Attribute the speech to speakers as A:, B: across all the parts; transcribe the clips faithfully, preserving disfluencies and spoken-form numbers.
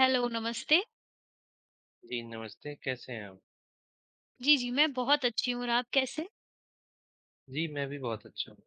A: Hello, नमस्ते।
B: जी, नमस्ते, कैसे हैं आप?
A: जी, जी, मैं बहुत अच्छी हूँ और आप कैसे?
B: जी, मैं भी बहुत अच्छा हूँ।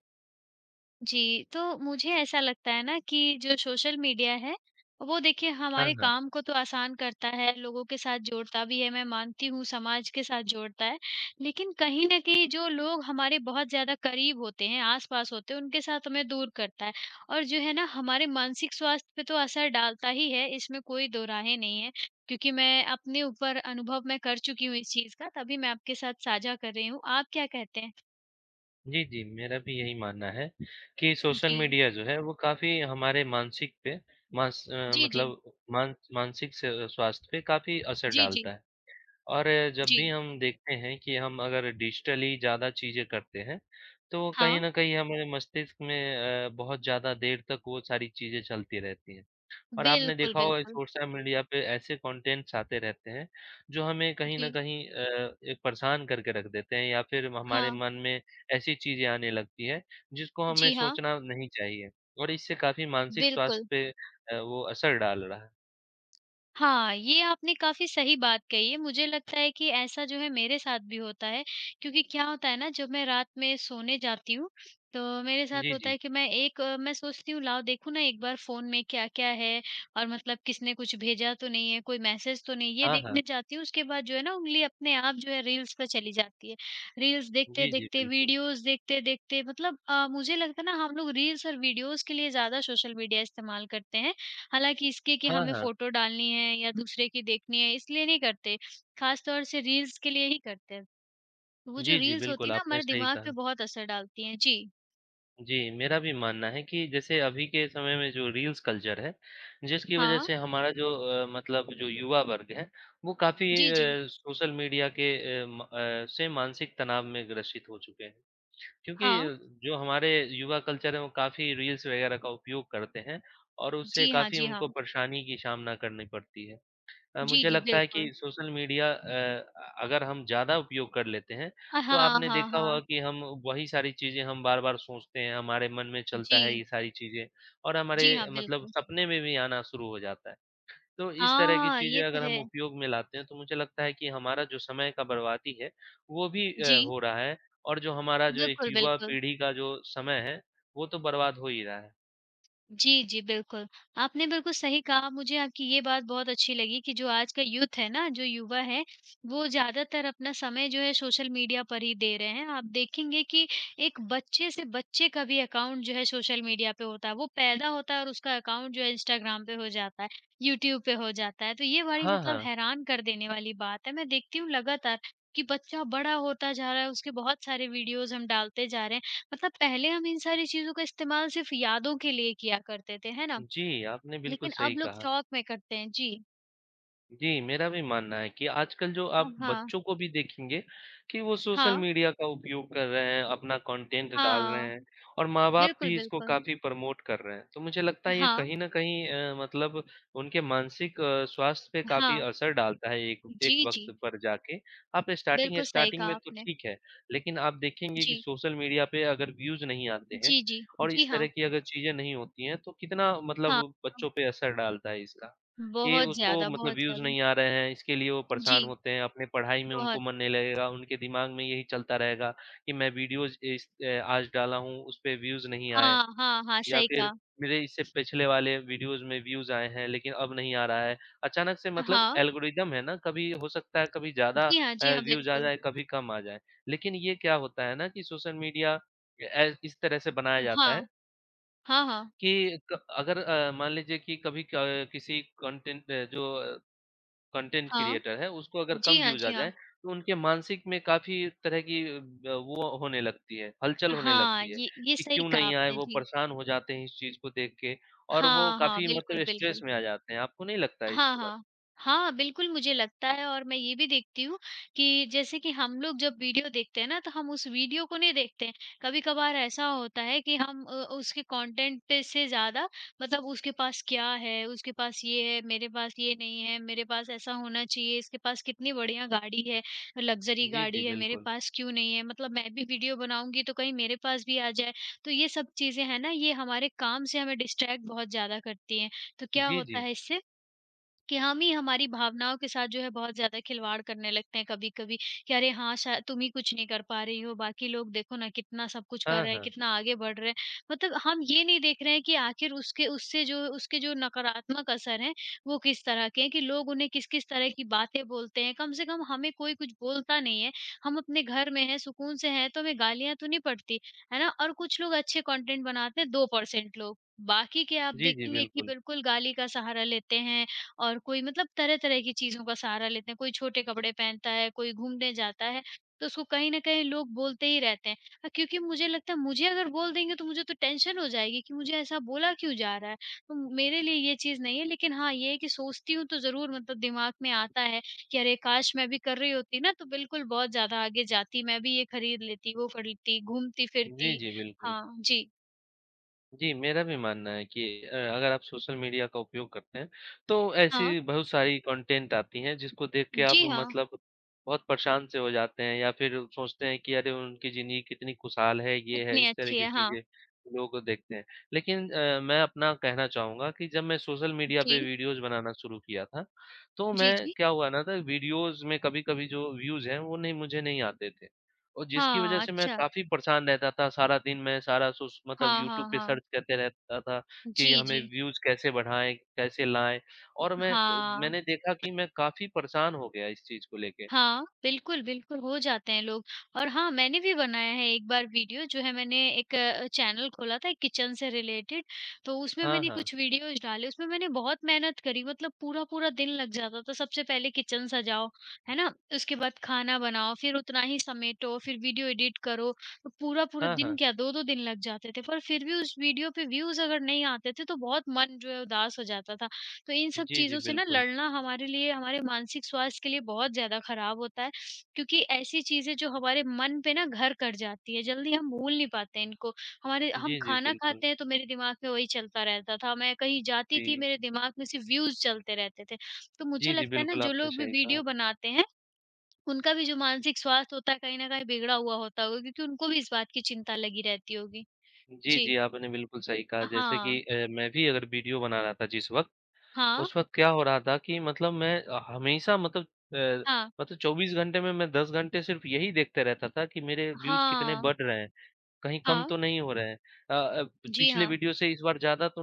A: जी, तो मुझे ऐसा लगता है ना कि जो सोशल मीडिया है, वो देखिए
B: हाँ,
A: हमारे
B: हाँ।
A: काम को तो आसान करता है, लोगों के साथ जोड़ता भी है, मैं मानती हूँ समाज के साथ जोड़ता है। लेकिन कहीं न कहीं जो लोग हमारे बहुत ज़्यादा करीब होते हैं, आस-पास होते हैं, उनके साथ हमें दूर करता है। और जो है ना हमारे मानसिक स्वास्थ्य पे तो असर डालता ही है, इसमें कोई दो राहें नहीं है। क्योंकि मैं अपने ऊपर अनुभव मैं कर चुकी हूँ इस चीज़ का, तभी मैं आपके साथ साझा कर रही हूँ। आप क्या कहते हैं?
B: जी, जी, मेरा भी यही मानना है कि सोशल
A: जी।
B: मीडिया जो है वो काफ़ी हमारे मानसिक पे मांस अ,
A: जी, जी।
B: मतलब मान मानसिक स स्वास्थ्य पे काफ़ी असर
A: जी, जी।
B: डालता है। और अ, जब
A: जी।
B: भी हम देखते हैं कि हम अगर डिजिटली ज़्यादा चीज़ें करते हैं, तो कहीं
A: हाँ,
B: न कहीं हमारे मस्तिष्क में अ, बहुत ज़्यादा देर तक वो सारी चीज़ें चलती रहती हैं। और आपने
A: बिल्कुल,
B: देखा होगा
A: बिल्कुल।
B: सोशल मीडिया पे ऐसे कंटेंट्स आते रहते हैं, जो हमें कहीं न
A: जी,
B: कहीं अ, एक परेशान करके रख देते हैं या फिर हमारे
A: हाँ।
B: मन में ऐसी चीज़ें आने लगती हैं, जिसको हमें
A: जी हाँ,
B: सोचना नहीं चाहिए और इससे काफ़ी मानसिक स्वास्थ्य
A: बिल्कुल।
B: पे अ, वो असर डाल रहा है।
A: हाँ, ये आपने काफ़ी सही बात कही है। मुझे लगता है कि ऐसा जो है मेरे साथ भी होता है क्योंकि क्या होता है ना जब मैं रात में सोने जाती हूँ, तो मेरे साथ
B: जी,
A: होता
B: जी।
A: है कि मैं एक अ, मैं सोचती हूँ लाओ देखूँ ना एक बार फ़ोन में क्या-क्या है और मतलब किसने कुछ भेजा तो नहीं है, कोई मैसेज तो नहीं ये
B: हाँ, हाँ।
A: देखने जाती हूँ उसके बाद जो है ना उँगली अपने आप जो है रील्स पे चली जाती है। रील्स
B: जी, जी,
A: देखते-देखते,
B: बिल्कुल।
A: वीडियोज़ देखते-देखते मतलब अ, मुझे लगता है ना हम लोग रील्स और वीडियोज़ के लिए ज़्यादा सोशल मीडिया इस्तेमाल करते हैं हालाँकि इसके कि
B: हाँ,
A: हमें
B: हाँ।
A: फ़ोटो डालनी है या दूसरे की देखनी है, इसलिए नहीं करते, ख़ास तौर से रील्स के लिए ही करते हैं। तो वो जो
B: जी, जी,
A: रील्स होती
B: बिल्कुल,
A: है ना
B: आपने
A: हमारे
B: सही
A: दिमाग
B: कहा।
A: पे बहुत असर डालती हैं। जी,
B: जी, मेरा भी मानना है कि जैसे अभी के समय में जो रील्स कल्चर है, जिसकी वजह
A: हाँ।
B: से हमारा जो अ, मतलब जो युवा वर्ग है, वो काफ़ी
A: जी, जी।
B: अ, सोशल मीडिया के अ, म अ, से मानसिक तनाव में ग्रसित हो चुके हैं। क्योंकि
A: हाँ।
B: जो हमारे युवा कल्चर है, वो काफ़ी रील्स वगैरह का उपयोग करते हैं और उससे
A: जी हाँ,
B: काफ़ी
A: जी हाँ।
B: उनको परेशानी की सामना करनी पड़ती है। अ,
A: जी,
B: मुझे
A: जी,
B: लगता है
A: बिल्कुल।
B: कि सोशल मीडिया अ, अगर हम ज़्यादा उपयोग कर लेते हैं,
A: अ,
B: तो
A: हाँ,
B: आपने
A: हाँ,
B: देखा होगा
A: हाँ।
B: कि हम वही सारी चीज़ें हम बार-बार सोचते हैं, हमारे मन में चलता है
A: जी।
B: ये सारी चीज़ें और हमारे
A: जी हाँ,
B: मतलब
A: बिल्कुल।
B: सपने में भी आना शुरू हो जाता है। तो इस तरह की
A: हाँ,
B: चीज़ें
A: ये तो
B: अगर हम
A: है।
B: उपयोग में लाते हैं, तो मुझे लगता है कि हमारा जो समय का बर्बादी है, वो भी अ,
A: जी,
B: हो रहा है और जो हमारा जो एक
A: बिल्कुल,
B: युवा
A: बिल्कुल।
B: पीढ़ी का जो समय है, वो तो बर्बाद हो ही रहा है।
A: जी, जी, बिल्कुल। आपने बिल्कुल सही कहा, मुझे आपकी ये बात बहुत अच्छी लगी कि जो आज का यूथ है ना, जो युवा है, वो ज़्यादातर अपना समय जो है सोशल मीडिया पर ही दे रहे हैं। आप देखेंगे कि एक बच्चे से बच्चे का भी अकाउंट जो है सोशल मीडिया पे होता है। वो पैदा होता है और उसका अकाउंट जो है इंस्टाग्राम पे हो जाता है, यूट्यूब पे हो जाता है। तो ये बड़ी
B: हाँ,
A: मतलब
B: हाँ।
A: हैरान कर देने वाली बात है। मैं देखती हूँ लगातार कि बच्चा बड़ा होता जा रहा है, उसके बहुत सारे वीडियोज़ हम डालते जा रहे हैं। मतलब पहले हम इन सारी चीज़ों का इस्तेमाल सिर्फ़ यादों के लिए किया करते थे, है ना?
B: जी, आपने बिल्कुल
A: लेकिन
B: सही
A: अब लोग
B: कहा।
A: शौक में करते हैं। जी।
B: जी, मेरा भी मानना है कि आजकल जो
A: अ,
B: आप
A: हाँ।
B: बच्चों को भी देखेंगे कि वो सोशल
A: हाँ,
B: मीडिया का उपयोग कर रहे हैं, अपना कंटेंट डाल रहे
A: हाँ।
B: हैं और माँ-बाप
A: बिल्कुल,
B: भी इसको
A: बिल्कुल।
B: काफ़ी प्रमोट कर रहे हैं। तो मुझे लगता है ये
A: हाँ,
B: कहीं न कहीं अ, मतलब उनके मानसिक अ, स्वास्थ्य पे काफ़ी
A: हाँ।
B: असर डालता है एक
A: जी,
B: एक
A: जी।
B: वक़्त पर जाके। आप स्टार्टिंग
A: बिल्कुल सही
B: स्टार्टिंग
A: कहा
B: में तो
A: आपने।
B: ठीक है, लेकिन आप देखेंगे कि
A: जी।
B: सोशल मीडिया पे अगर व्यूज़ नहीं आते हैं
A: जी, जी।
B: और
A: जी,
B: इस तरह
A: हाँ।
B: की अगर चीज़ें नहीं होती हैं, तो कितना
A: हाँ।
B: मतलब बच्चों पे असर डालता है इसका। ये
A: बहुत
B: उसको
A: ज़्यादा,
B: मतलब
A: बहुत
B: व्यूज़
A: ज़्यादा।
B: नहीं आ रहे हैं, इसके लिए वो परेशान
A: जी,
B: होते हैं, अपने पढ़ाई में उनको
A: बहुत।
B: मन नहीं लगेगा, उनके दिमाग में यही चलता रहेगा कि मैं वीडियोज़ इस अ, आज डाला हूँ, उस पे व्यूज़ नहीं आए
A: हाँ, हाँ, हाँ,
B: या
A: सही
B: फिर
A: कहा।
B: मेरे इससे पिछले वाले वीडियोज़ में व्यूज़ आए हैं, लेकिन अब नहीं आ रहा है। अचानक से मतलब
A: हाँ।
B: एल्गोरिदम है ना, कभी हो सकता है कभी ज़्यादा
A: जी हाँ,
B: अ,
A: जी हाँ,
B: व्यूज़ आ
A: बिल्कुल।
B: जाए, कभी कम आ जाए। लेकिन ये क्या होता है ना कि सोशल मीडिया ए इस तरह से बनाया जाता है
A: हाँ। हाँ, हाँ।
B: कि क अगर अ, मान लीजिए कि कभी क किसी कंटेंट जो कंटेंट
A: हाँ।
B: क्रिएटर है, उसको अगर कम
A: जी हाँ,
B: व्यूज़ आ
A: जी हाँ।
B: जाएँ, तो उनके मानसिक में काफ़ी तरह की अ, वो होने लगती है, हलचल होने
A: हाँ,
B: लगती है
A: ये ये
B: कि
A: सही
B: क्यों
A: कहा
B: नहीं आए,
A: आपने।
B: वो
A: जी।
B: परेशान हो जाते हैं इस चीज़ को देख के और वो
A: हाँ, हाँ,
B: काफ़ी
A: बिल्कुल,
B: मतलब स्ट्रेस
A: बिल्कुल।
B: में आ जाते हैं। आपको नहीं लगता है इस
A: हाँ,
B: बात?
A: हाँ। हाँ, बिल्कुल मुझे लगता है और मैं ये भी देखती हूँ कि जैसे कि हम लोग जब वीडियो देखते हैं ना, तो हम उस वीडियो को नहीं देखते हैं। कभी-कभार ऐसा होता है कि हम अ, उसके कंटेंट पे से ज़्यादा मतलब उसके पास क्या है, उसके पास ये है, मेरे पास ये नहीं है, मेरे पास ऐसा होना चाहिए, इसके पास कितनी बढ़िया गाड़ी है, लग्ज़री
B: जी, जी,
A: गाड़ी है, मेरे
B: बिल्कुल।
A: पास क्यों नहीं है? मतलब मैं भी वीडियो बनाऊँगी तो कहीं मेरे पास भी आ जाए। तो ये सब चीज़ें हैं ना, ये हमारे काम से हमें डिस्ट्रैक्ट बहुत ज़्यादा करती हैं। तो क्या
B: जी,
A: होता
B: जी।
A: है इससे कि हम ही हमारी भावनाओं के साथ जो है बहुत ज़्यादा खिलवाड़ करने लगते हैं कभी-कभी कि अरे हाँ, शाय तुम ही कुछ नहीं कर पा रही हो, बाकी लोग देखो ना कितना सब कुछ कर
B: हाँ,
A: रहे हैं,
B: हाँ।
A: कितना आगे बढ़ रहे हैं। मतलब हम ये नहीं देख रहे हैं कि आखिर उसके उससे जो उसके जो नकारात्मक असर हैं, वो किस तरह के हैं कि लोग उन्हें किस-किस तरह की बातें बोलते हैं। कम से कम हमें कोई कुछ बोलता नहीं है, हम अपने घर में हैं, सुकून से हैं, तो हमें गालियाँ तो नहीं पड़ती, है ना? और कुछ लोग अच्छे कंटेंट बनाते हैं दो परसेंट लोग, बाकी के आप
B: जी, जी,
A: देखेंगे कि
B: बिल्कुल।
A: बिल्कुल गाली का सहारा लेते हैं और कोई मतलब तरह-तरह की चीज़ों का सहारा लेते हैं, कोई छोटे कपड़े पहनता है, कोई घूमने जाता है, तो उसको कहीं न कहीं लोग बोलते ही रहते हैं। अ, क्योंकि मुझे लगता है मुझे अगर बोल देंगे तो मुझे तो टेंशन हो जाएगी कि मुझे ऐसा बोला क्यों जा रहा है। तो मेरे लिए ये चीज़ नहीं है लेकिन हाँ, ये है कि सोचती हूँ तो ज़रूर मतलब दिमाग में आता है कि अरे काश! मैं भी कर रही होती ना तो बिल्कुल बहुत ज़्यादा आगे जाती, मैं भी ये खरीद लेती, वो खरीदती,
B: जी,
A: घूमती-फिरती।
B: जी, बिल्कुल।
A: हाँ, जी।
B: जी, मेरा भी मानना है कि अ, अगर आप सोशल मीडिया का उपयोग करते हैं, तो
A: हाँ।
B: ऐसी बहुत सारी कंटेंट आती हैं जिसको देख के आप
A: जी हाँ,
B: मतलब बहुत परेशान से हो जाते हैं या फिर सोचते हैं कि अरे! उनकी ज़िंदगी कितनी खुशहाल है, ये है,
A: कितनी
B: इस तरह
A: अच्छी
B: की
A: है। हाँ।
B: चीज़ें लोग देखते हैं। लेकिन अ, मैं अपना कहना चाहूँगा कि जब मैं सोशल मीडिया पे
A: जी।
B: वीडियोज़ बनाना शुरू किया था, तो
A: जी,
B: मैं
A: जी।
B: क्या हुआ ना था वीडियोज़ में कभी-कभी जो व्यूज़ हैं, वो नहीं मुझे नहीं आते थे। और जिसकी वजह
A: हाँ,
B: से मैं
A: अच्छा।
B: काफ़ी परेशान रहता था, सारा दिन मैं सारा सोश मतलब
A: हाँ,
B: यूट्यूब
A: हाँ,
B: पे
A: हाँ।
B: सर्च करते रहता था कि
A: जी,
B: हमें
A: जी।
B: व्यूज़ कैसे बढ़ाएँ, कैसे लाएँ और मैं क
A: हाँ।
B: मैंने देखा कि मैं काफ़ी परेशान हो गया इस चीज़ को लेके।
A: हाँ, बिल्कुल, बिल्कुल हो जाते हैं लोग और हाँ, मैंने भी बनाया है एक बार वीडियो जो है मैंने एक अ, चैनल खोला था किचन से रिलेटेड, तो उसमें
B: हाँ,
A: मैंने
B: हाँ।
A: कुछ वीडियोज़ डाले, उसमें मैंने बहुत मेहनत करी मतलब पूरा-पूरा दिन लग जाता था। सबसे पहले किचन सजाओ, है ना? उसके बाद खाना बनाओ, फिर उतना ही समेटो, फिर वीडियो एडिट करो। तो पूरा-पूरा
B: हाँ,
A: दिन
B: हाँ।
A: क्या दो दो दिन लग जाते थे पर फिर भी उस वीडियो पे व्यूज़ अगर नहीं आते थे तो बहुत मन जो है उदास हो जाता था। तो इन सब
B: जी, जी,
A: चीज़ों से ना
B: बिल्कुल।
A: लड़ना हमारे लिए हमारे मानसिक स्वास्थ्य के लिए बहुत ज़्यादा ख़राब होता है, क्योंकि ऐसी चीज़ें जो हमारे मन पे ना घर कर जाती है, जल्दी हम भूल नहीं पाते इनको। हमारे हम
B: जी, जी,
A: खाना
B: बिल्कुल।
A: खाते हैं तो मेरे दिमाग में वही चलता रहता था, मैं कहीं जाती थी
B: जी।
A: मेरे दिमाग में सिर्फ़ व्यूज़ चलते रहते थे। तो
B: जी,
A: मुझे
B: जी,
A: लगता है ना
B: बिल्कुल
A: जो
B: आपने
A: लोग भी
B: सही कहा।
A: वीडियो बनाते हैं, उनका भी जो मानसिक स्वास्थ्य होता है कहीं न कहीं बिगड़ा हुआ होता होगा क्योंकि उनको भी इस बात की चिंता लगी रहती होगी।
B: जी, जी,
A: जी।
B: आपने बिल्कुल सही कहा। जैसे कि
A: हाँ।
B: अ, मैं भी अगर वीडियो बना रहा था जिस वक़्त
A: हाँ।
B: उस वक़्त क्या हो रहा था कि मतलब मैं अ, हमेशा मतलब अ,
A: हाँ।
B: मतलब चौबीस घंटे में मैं दस घंटे सिर्फ़ यही देखते रहता था कि मेरे व्यूज़ कितने
A: हाँ।
B: बढ़ रहे हैं। कहीं कम
A: हाँ।
B: तो नहीं हो रहा है। अ अ,
A: जी
B: पिछले
A: हाँ।
B: वीडियो से इस बार ज़्यादा तो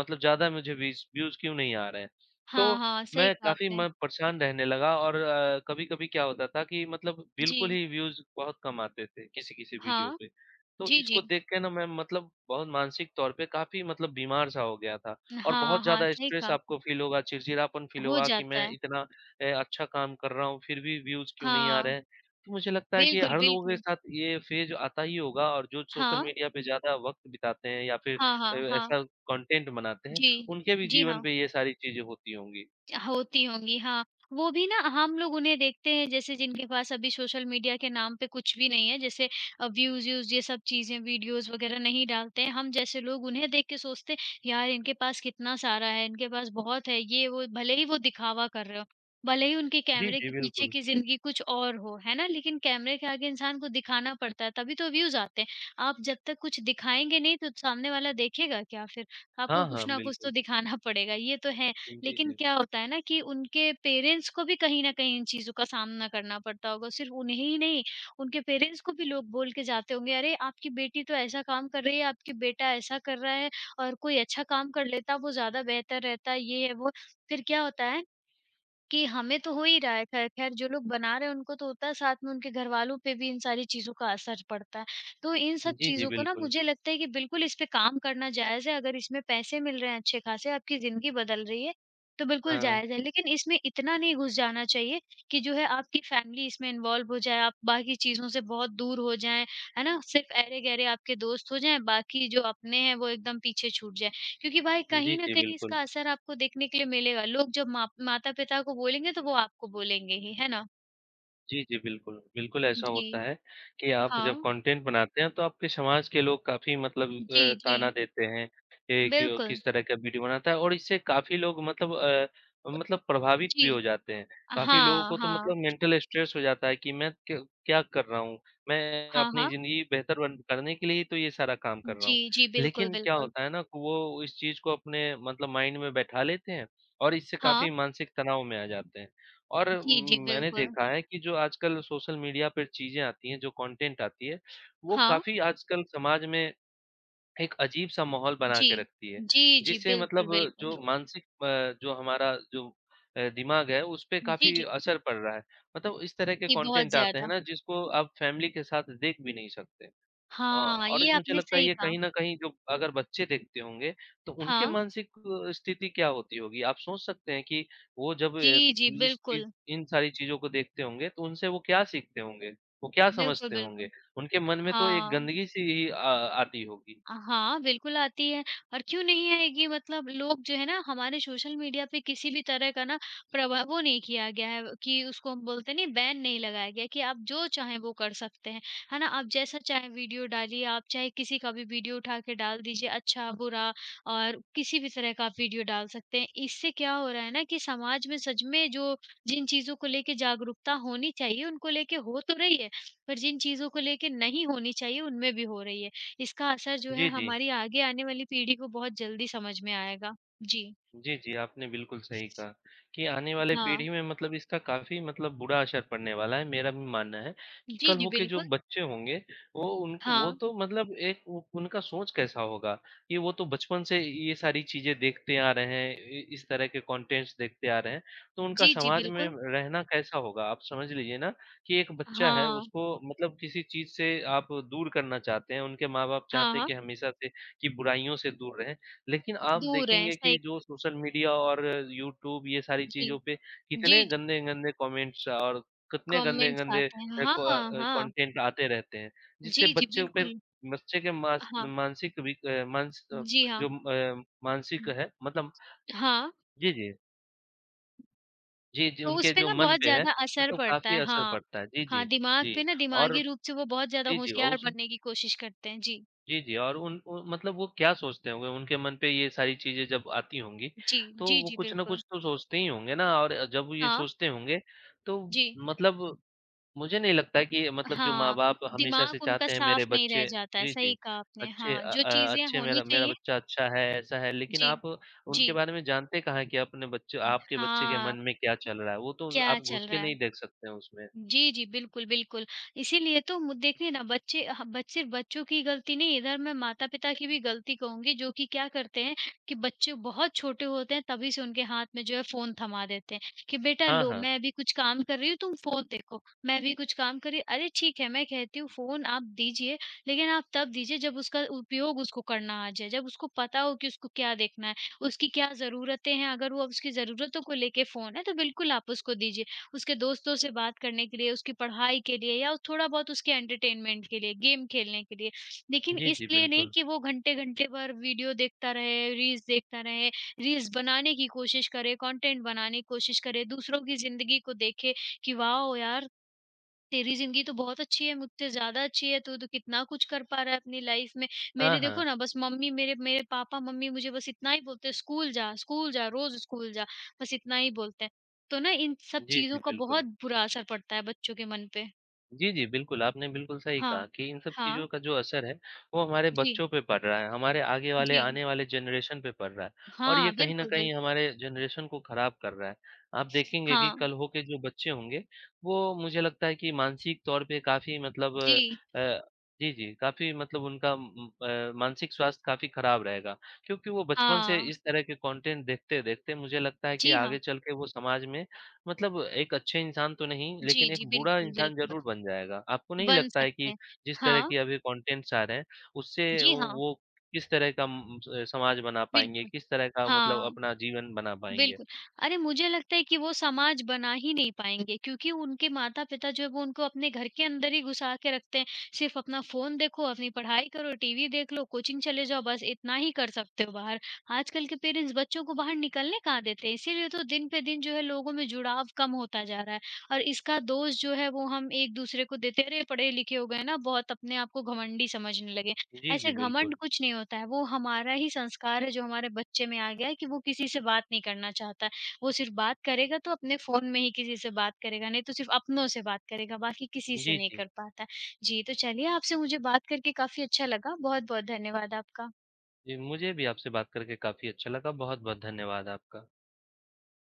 B: मतलब ज़्यादा मुझे व्यूज़ व्यूज़ क्यों नहीं आ रहे हैं?
A: हाँ,
B: तो
A: हाँ, सही
B: मैं
A: कहा
B: काफ़ी
A: आपने।
B: मैं परेशान रहने लगा और अ, कभी-कभी क्या होता था कि मतलब बिल्कुल
A: जी,
B: ही व्यूज़ बहुत कम आते थे, किसी-किसी वीडियो
A: हाँ।
B: पे। तो
A: जी,
B: इसको
A: जी।
B: देख के ना मैं मतलब बहुत मानसिक तौर पे काफ़ी मतलब बीमार-सा हो गया था और
A: हाँ,
B: बहुत
A: हाँ,
B: ज़्यादा
A: सही
B: स्ट्रेस
A: कहा।
B: आपको फ़ील होगा, चिड़चिड़ापन फ़ील
A: हो
B: होगा कि
A: जाता
B: मैं
A: है।
B: इतना अ, अच्छा काम कर रहा हूँ, फिर भी व्यूज़ क्यों नहीं आ रहे
A: हाँ,
B: हैं? तो मुझे लगता है कि
A: बिल्कुल,
B: हर लोगों के
A: बिल्कुल।
B: साथ ये फ़ेज़ आता ही होगा और जो सोशल
A: हाँ,
B: मीडिया पे ज़्यादा वक़्त बिताते हैं या फिर
A: हाँ,
B: अ,
A: हाँ, हाँ।
B: ऐसा कंटेंट बनाते हैं,
A: जी,
B: उनके भी
A: जी,
B: जीवन
A: हाँ।
B: पे ये सारी चीज़ें होती होंगी।
A: होती होंगी, हाँ। वो भी ना हम लोग उन्हें देखते हैं जैसे जिनके पास अभी सोशल मीडिया के नाम पे कुछ भी नहीं है, जैसे अ, व्यूज़-व्यूज़ ये सब चीज़ें वीडियोज़ वग़ैरह नहीं डालते हैं। हम जैसे लोग उन्हें देख के सोचते हैं, यार इनके पास कितना सारा है, इनके पास बहुत है, ये वो भले ही वो दिखावा कर रहे हों, भले ही उनके
B: जी,
A: कैमरे
B: जी,
A: के पीछे
B: बिल्कुल।
A: की ज़िंदगी कुछ और हो, है ना? लेकिन कैमरे के आगे इंसान को दिखाना पड़ता है, तभी तो व्यूज़ आते हैं। आप जब तक कुछ दिखाएँगे नहीं तो सामने वाला देखेगा क्या फिर? आपको
B: हाँ, हाँ,
A: कुछ ना कुछ
B: बिल्कुल।
A: तो दिखाना पड़ेगा, ये तो है।
B: जी,
A: लेकिन
B: जी।
A: क्या होता है ना कि उनके पेरेंट्स को भी कहीं न कहीं इन चीज़ों का सामना करना पड़ता होगा, सिर्फ़ उन्हें ही नहीं, उनके पेरेंट्स को भी लोग बोल के जाते होंगे, "अरे! आपकी बेटी तो ऐसा काम कर रही है, आपकी बेटा ऐसा कर रहा है और कोई अच्छा काम कर लेता वो ज़्यादा बेहतर रहता।" ये है, वो है। फिर क्या होता है कि हमें तो हो ही रहा है, ख़ैर ख़ैर जो लोग बना रहे हैं उनको तो होता है, साथ में उनके घरवालों पे भी इन सारी चीज़ों का असर पड़ता है। तो इन सब
B: जी, जी,
A: चीज़ों को ना
B: बिल्कुल।
A: मुझे लगता है कि बिल्कुल इस पे काम करना जायज़ है, अगर इसमें पैसे मिल रहे हैं अच्छे ख़ासे, आपकी ज़िंदगी बदल रही है, तो बिल्कुल
B: हाँ।
A: जायज़ है। लेकिन इसमें इतना नहीं घुस जाना चाहिए कि जो है आपकी फ़ैमिली इसमें इन्वॉल्व हो जाए, आप बाकी चीज़ों से बहुत दूर हो जाएँ, है ना? सिर्फ़ ऐरे-गैरे आपके दोस्त हो जाएँ, बाकी जो अपने हैं वो एकदम पीछे छूट जाएँ। क्योंकि भाई
B: जी,
A: कहीं न
B: जी,
A: कहीं
B: बिल्कुल।
A: इसका असर आपको देखने के लिए मिलेगा। लोग जब माप माता-पिता को बोलेंगे तो वो आपको बोलेंगे ही, है ना?
B: जी, जी, बिल्कुल। बिल्कुल ऐसा
A: जी।
B: होता है कि आप जब
A: हाँ।
B: कंटेंट बनाते हैं तो आपके समाज के लोग काफ़ी मतलब अ,
A: जी, जी।
B: ताना देते हैं ए, कि वो
A: बिल्कुल।
B: किस तरह का वीडियो बनाता है और इससे काफ़ी लोग मतलब अ, मतलब प्रभावित भी हो
A: जी।
B: जाते हैं। काफ़ी लोगों
A: हाँ,
B: को तो
A: हाँ।
B: मतलब मेंटल स्ट्रेस हो जाता है कि मैं क क्या कर रहा हूँ? मैं
A: हाँ,
B: अपनी
A: हाँ।
B: ज़िंदगी बेहतर बन करने के लिए ही तो ये सारा काम कर रहा
A: जी,
B: हूँ।
A: जी। बिल्कुल,
B: लेकिन क्या
A: बिल्कुल।
B: होता है ना कि वो इस चीज़ को अपने मतलब माइंड में बैठा लेते हैं और इससे
A: हाँ।
B: काफ़ी मानसिक तनाव में आ जाते हैं। और
A: जी, जी।
B: मैंने
A: बिल्कुल।
B: देखा है कि जो आजकल सोशल मीडिया पर चीज़ें आती हैं, जो कंटेंट आती है, वो
A: हाँ।
B: काफ़ी आजकल समाज में एक अजीब-सा माहौल बना
A: जी।
B: के रखती है।
A: जी, जी।
B: जिससे मतलब
A: बिल्कुल, बिल्कुल।
B: जो मानसिक अ, जो हमारा जो अ, दिमाग है उस पे
A: जी,
B: काफ़ी
A: जी।
B: असर पड़ रहा है। मतलब इस तरह के
A: जी, बहुत
B: कंटेंट आते हैं
A: ज़्यादा।
B: ना जिसको आप फैमिली के साथ देख भी नहीं सकते। अ,
A: हाँ,
B: और
A: ये
B: मुझे
A: आपने
B: लगता है
A: सही
B: ये
A: कहा।
B: कहीं न कहीं जो अगर बच्चे देखते होंगे, तो उनके
A: हाँ।
B: मानसिक अ, स्थिति क्या होती होगी? आप सोच सकते हैं कि वो जब
A: जी,
B: अ,
A: जी।
B: इस चीज़
A: बिल्कुल।
B: इन सारी चीज़ों को देखते होंगे, तो उनसे वो क्या सीखते होंगे? वो क्या
A: बिल्कुल,
B: समझते होंगे?
A: बिल्कुल।
B: उनके मन में तो एक
A: हाँ।
B: गंदगी-सी ही अ, आती होगी।
A: अ, हाँ, बिल्कुल आती है और क्यों नहीं आएगी मतलब लोग जो है ना हमारे सोशल मीडिया पे किसी भी तरह का ना प्रभाव वो नहीं किया गया है कि उसको हम बोलते हैं नहीं बैन नहीं लगाया गया है कि आप जो चाहें वो कर सकते हैं, है ना? आप जैसा चाहे वीडियो डालिए, आप चाहे किसी का भी वीडियो उठा के डाल दीजिए अच्छा, बुरा और किसी भी तरह का आप वीडियो डाल सकते हैं। इससे क्या हो रहा है ना कि समाज में सच में जो जिन चीज़ों को लेके जागरूकता होनी चाहिए उनको लेके हो तो रही है, पर जिन चीज़ों को लेके नहीं होनी चाहिए उनमें भी हो रही है। इसका असर जो है
B: जी, जी।
A: हमारी आगे आने वाली पीढ़ी को बहुत जल्दी समझ में आएगा। जी।
B: जी, जी, आपने बिल्कुल सही कहा कि आने वाले
A: हाँ।
B: पीढ़ी में मतलब इसका काफ़ी मतलब बुरा असर पड़ने वाला है, मेरा भी मानना है कि
A: जी,
B: कल
A: जी,
B: हो के जो
A: बिल्कुल।
B: बच्चे होंगे, वो उन वो
A: हाँ।
B: तो मतलब एक उ उनका सोच कैसा होगा कि वो तो बचपन से ये सारी चीज़ें देखते आ रहे हैं, इ इस तरह के कंटेंट्स देखते आ रहे हैं, तो उनका
A: जी, जी,
B: समाज में
A: बिल्कुल।
B: रहना कैसा होगा? आप समझ लीजिए ना कि एक बच्चा है,
A: हाँ।
B: उसको मतलब किसी चीज़ से आप दूर करना चाहते हैं, उनके माँ-बाप
A: हाँ,
B: चाहते हैं
A: हाँ।
B: कि हमेशा से कि बुराइयों से दूर रहें, लेकिन आप
A: दूर हैं,
B: देखेंगे कि
A: सही
B: जो सोशल मीडिया और यूट्यूब ये सारी
A: जी।
B: चीज़ों पे
A: जी,
B: कितने
A: जी,
B: गंदे-गंदे कमेंट्स और कितने
A: कमेंट्स
B: गंदे-गंदे
A: आते हैं।
B: अ,
A: हाँ,
B: को अ,
A: हाँ।
B: कंटेंट आते रहते हैं, जिससे
A: जी, जी,
B: बच्चों पे
A: बिल्कुल।
B: बच्चे के मास
A: हाँ।
B: मानसिक वि अ, मानस अ,
A: जी,
B: जो
A: हाँ।
B: अ, मानसिक है मतलब
A: हाँ,
B: जी, जी। जी, जी,
A: तो उस
B: उनके
A: पे
B: जो
A: ना
B: मन
A: बहुत
B: पे है
A: ज़्यादा असर
B: मतलब
A: पड़ता
B: काफ़ी
A: है।
B: असर
A: हाँ।
B: पड़ता है। जी, जी।
A: हाँ, दिमाग पे
B: जी,
A: ना
B: और
A: दिमागी रूप से वो बहुत ज़्यादा
B: जी, जी और
A: होशियार
B: उस
A: बनने की कोशिश करते हैं। जी।
B: जी, जी और उन उ मतलब वो क्या सोचते होंगे? उनके मन पे ये सारी चीज़ें जब आती होंगी,
A: जी,
B: तो
A: जी,
B: वो
A: जी,
B: कुछ ना
A: बिल्कुल।
B: कुछ तो सोचते ही होंगे ना और जब ये
A: हाँ।
B: सोचते होंगे, तो
A: जी।
B: मतलब मुझे नहीं लगता कि मतलब जो
A: हाँ,
B: माँ-बाप हमेशा से
A: दिमाग उनका
B: चाहते हैं
A: साफ
B: मेरे
A: नहीं रह
B: बच्चे
A: जाता है,
B: जी,
A: सही
B: जी,
A: कहा आपने।
B: अच्छे
A: हाँ,
B: अ
A: जो
B: अ,
A: चीज़ें
B: अच्छे
A: होनी
B: मेरा मेरा
A: चाहिए
B: बच्चा अच्छा है, ऐसा है, लेकिन
A: जी,
B: आप
A: जी।
B: उनके बारे में जानते कहाँ हैं कि अपने बच्चे आपके बच्चे के
A: हाँ,
B: मन में क्या चल रहा है? वो तो
A: क्या
B: आप घुस
A: चल
B: के
A: रहा है?
B: नहीं देख सकते हैं उसमें।
A: जी, जी। बिल्कुल, बिल्कुल। इसीलिए तो मु देखिए ना बच्चे ह बच्चे बच्चों की गलती नहीं इधर मैं माता-पिता की भी गलती कहूँगी जो कि क्या करते हैं कि बच्चे बहुत छोटे होते हैं तभी से उनके हाथ में जो है फ़ोन थमा देते हैं कि बेटा
B: हाँ,
A: लो
B: हाँ।
A: मैं अभी कुछ काम कर रही हूँ तुम फ़ोन देखो। मैं अभी कुछ काम कर रही हूँ अरे ठीक है मैं कहती हूँ फ़ोन आप दीजिए लेकिन आप तब दीजिए जब उसका उपयोग उसको करना आ जाए। जब उसको पता हो कि उसको क्या देखना है, उसकी क्या ज़रूरतें हैं अगर वो उसकी ज़रूरतों को लेके फ़ोन है तो बिल्कुल आप उसको दीजिए। उसके दोस्तों से बात करने के लिए, उसकी पढ़ाई के लिए या थोड़ा बहुत उसके एंटरटेनमेंट के लिए, गेम खेलने के लिए। लेकिन
B: जी, जी,
A: इसलिए नहीं
B: बिल्कुल।
A: कि वो घंटे-घंटे भर वीडियो देखता रहे, रील्स देखता रहे, रील्स बनाने की कोशिश करे, कंटेंट बनाने की कोशिश करे, दूसरों की ज़िंदगी को देखे कि वाओ यार! तेरी ज़िंदगी तो बहुत अच्छी है, मुझसे ज़्यादा अच्छी है, तू तो कितना कुछ कर पा रहा है अपनी लाइफ़ में।
B: हाँ,
A: मेरे देखो
B: हाँ।
A: ना बस मम्मी मेरे मेरे पापा-मम्मी मुझे बस इतना ही बोलते हैं, "स्कूल जा, स्कूल जा, रोज़ स्कूल जा।" बस इतना ही बोलते हैं। तो ना इन सब
B: जी, जी,
A: चीज़ों का
B: बिल्कुल।
A: बहुत बुरा असर पड़ता है बच्चों के मन पे।
B: जी, जी, बिल्कुल, आपने बिल्कुल सही
A: हाँ।
B: कहा कि इन सब चीज़ों
A: हाँ।
B: का जो असर है, वो हमारे
A: जी,
B: बच्चों पे पड़ रहा है, हमारे आगे वाले
A: जी।
B: आने वाले जनरेशन पे पड़ रहा है और ये
A: हाँ,
B: कहीं न
A: बिल्कुल, बिल
B: कहीं हमारे जनरेशन को ख़राब कर रहा है। आप देखेंगे कि
A: हाँ।
B: कल हो के जो बच्चे होंगे, वो मुझे लगता है कि मानसिक तौर पे काफ़ी
A: जी।
B: मतलब अ, जी, जी, काफ़ी मतलब उनका उम, अ, मानसिक स्वास्थ्य काफ़ी ख़राब रहेगा क्योंकि वो बचपन से
A: हाँ।
B: इस तरह के कंटेंट देखते-देखते मुझे लगता है कि
A: जी, हाँ।
B: आगे चल के वो समाज में मतलब एक अच्छे इंसान तो नहीं,
A: जी,
B: लेकिन एक
A: जी,
B: बुरा
A: बिल्कुल,
B: इंसान
A: बिल्कुल।
B: ज़रूर बन जाएगा। आपको नहीं
A: बन
B: लगता है
A: सकते
B: कि
A: हैं।
B: जिस तरह
A: हाँ।
B: की अभी कंटेंट्स आ रहे हैं, उससे
A: जी,
B: वो
A: हाँ।
B: वो किस तरह का उम, स समाज बना पाएँगे,
A: बिल्कुल।
B: किस तरह का मतलब
A: हाँ।
B: अपना जीवन बना पाएँगे?
A: बिल्कुल। अरे मुझे लगता है कि वो समाज बना ही नहीं पाएँगे क्योंकि उनके माता-पिता जो है वो उनको अपने घर के अंदर ही घुसा के रखते हैं। सिर्फ़ अपना फ़ोन देखो, अपनी पढ़ाई करो, टीवी देख लो, कोचिंग चले जाओ, बस इतना ही कर सकते हो बाहर। आजकल के पेरेंट्स बच्चों को बाहर निकलने कहाँ देते हैं, इसीलिए तो दिन पे दिन जो है लोगों में जुड़ाव कम होता जा रहा है और इसका दोष जो है वो हम एक-दूसरे को देते हैं। अरे! पढ़े लिखे हो गए ना बहुत अपने आप को घमंडी समझने लगे।
B: जी,
A: ऐसे
B: जी, बिल्कुल।
A: घमंड कुछ नहीं होता है, वो हमारा ही संस्कार है जो हमारे बच्चे में आ गया है कि वो किसी से बात नहीं करना चाहता है। वो सिर्फ़ बात करेगा तो अपने फ़ोन में ही किसी से बात करेगा, नहीं तो सिर्फ़ अपनों से बात करेगा, बाकी किसी से
B: जी,
A: नहीं
B: जी।
A: कर पाता है। जी, तो चलिए आपसे मुझे बात करके काफ़ी अच्छा लगा। बहुत-बहुत धन्यवाद आपका।
B: जी, मुझे भी आपसे बात करके काफ़ी अच्छा लगा। बहुत-बहुत धन्यवाद आपका।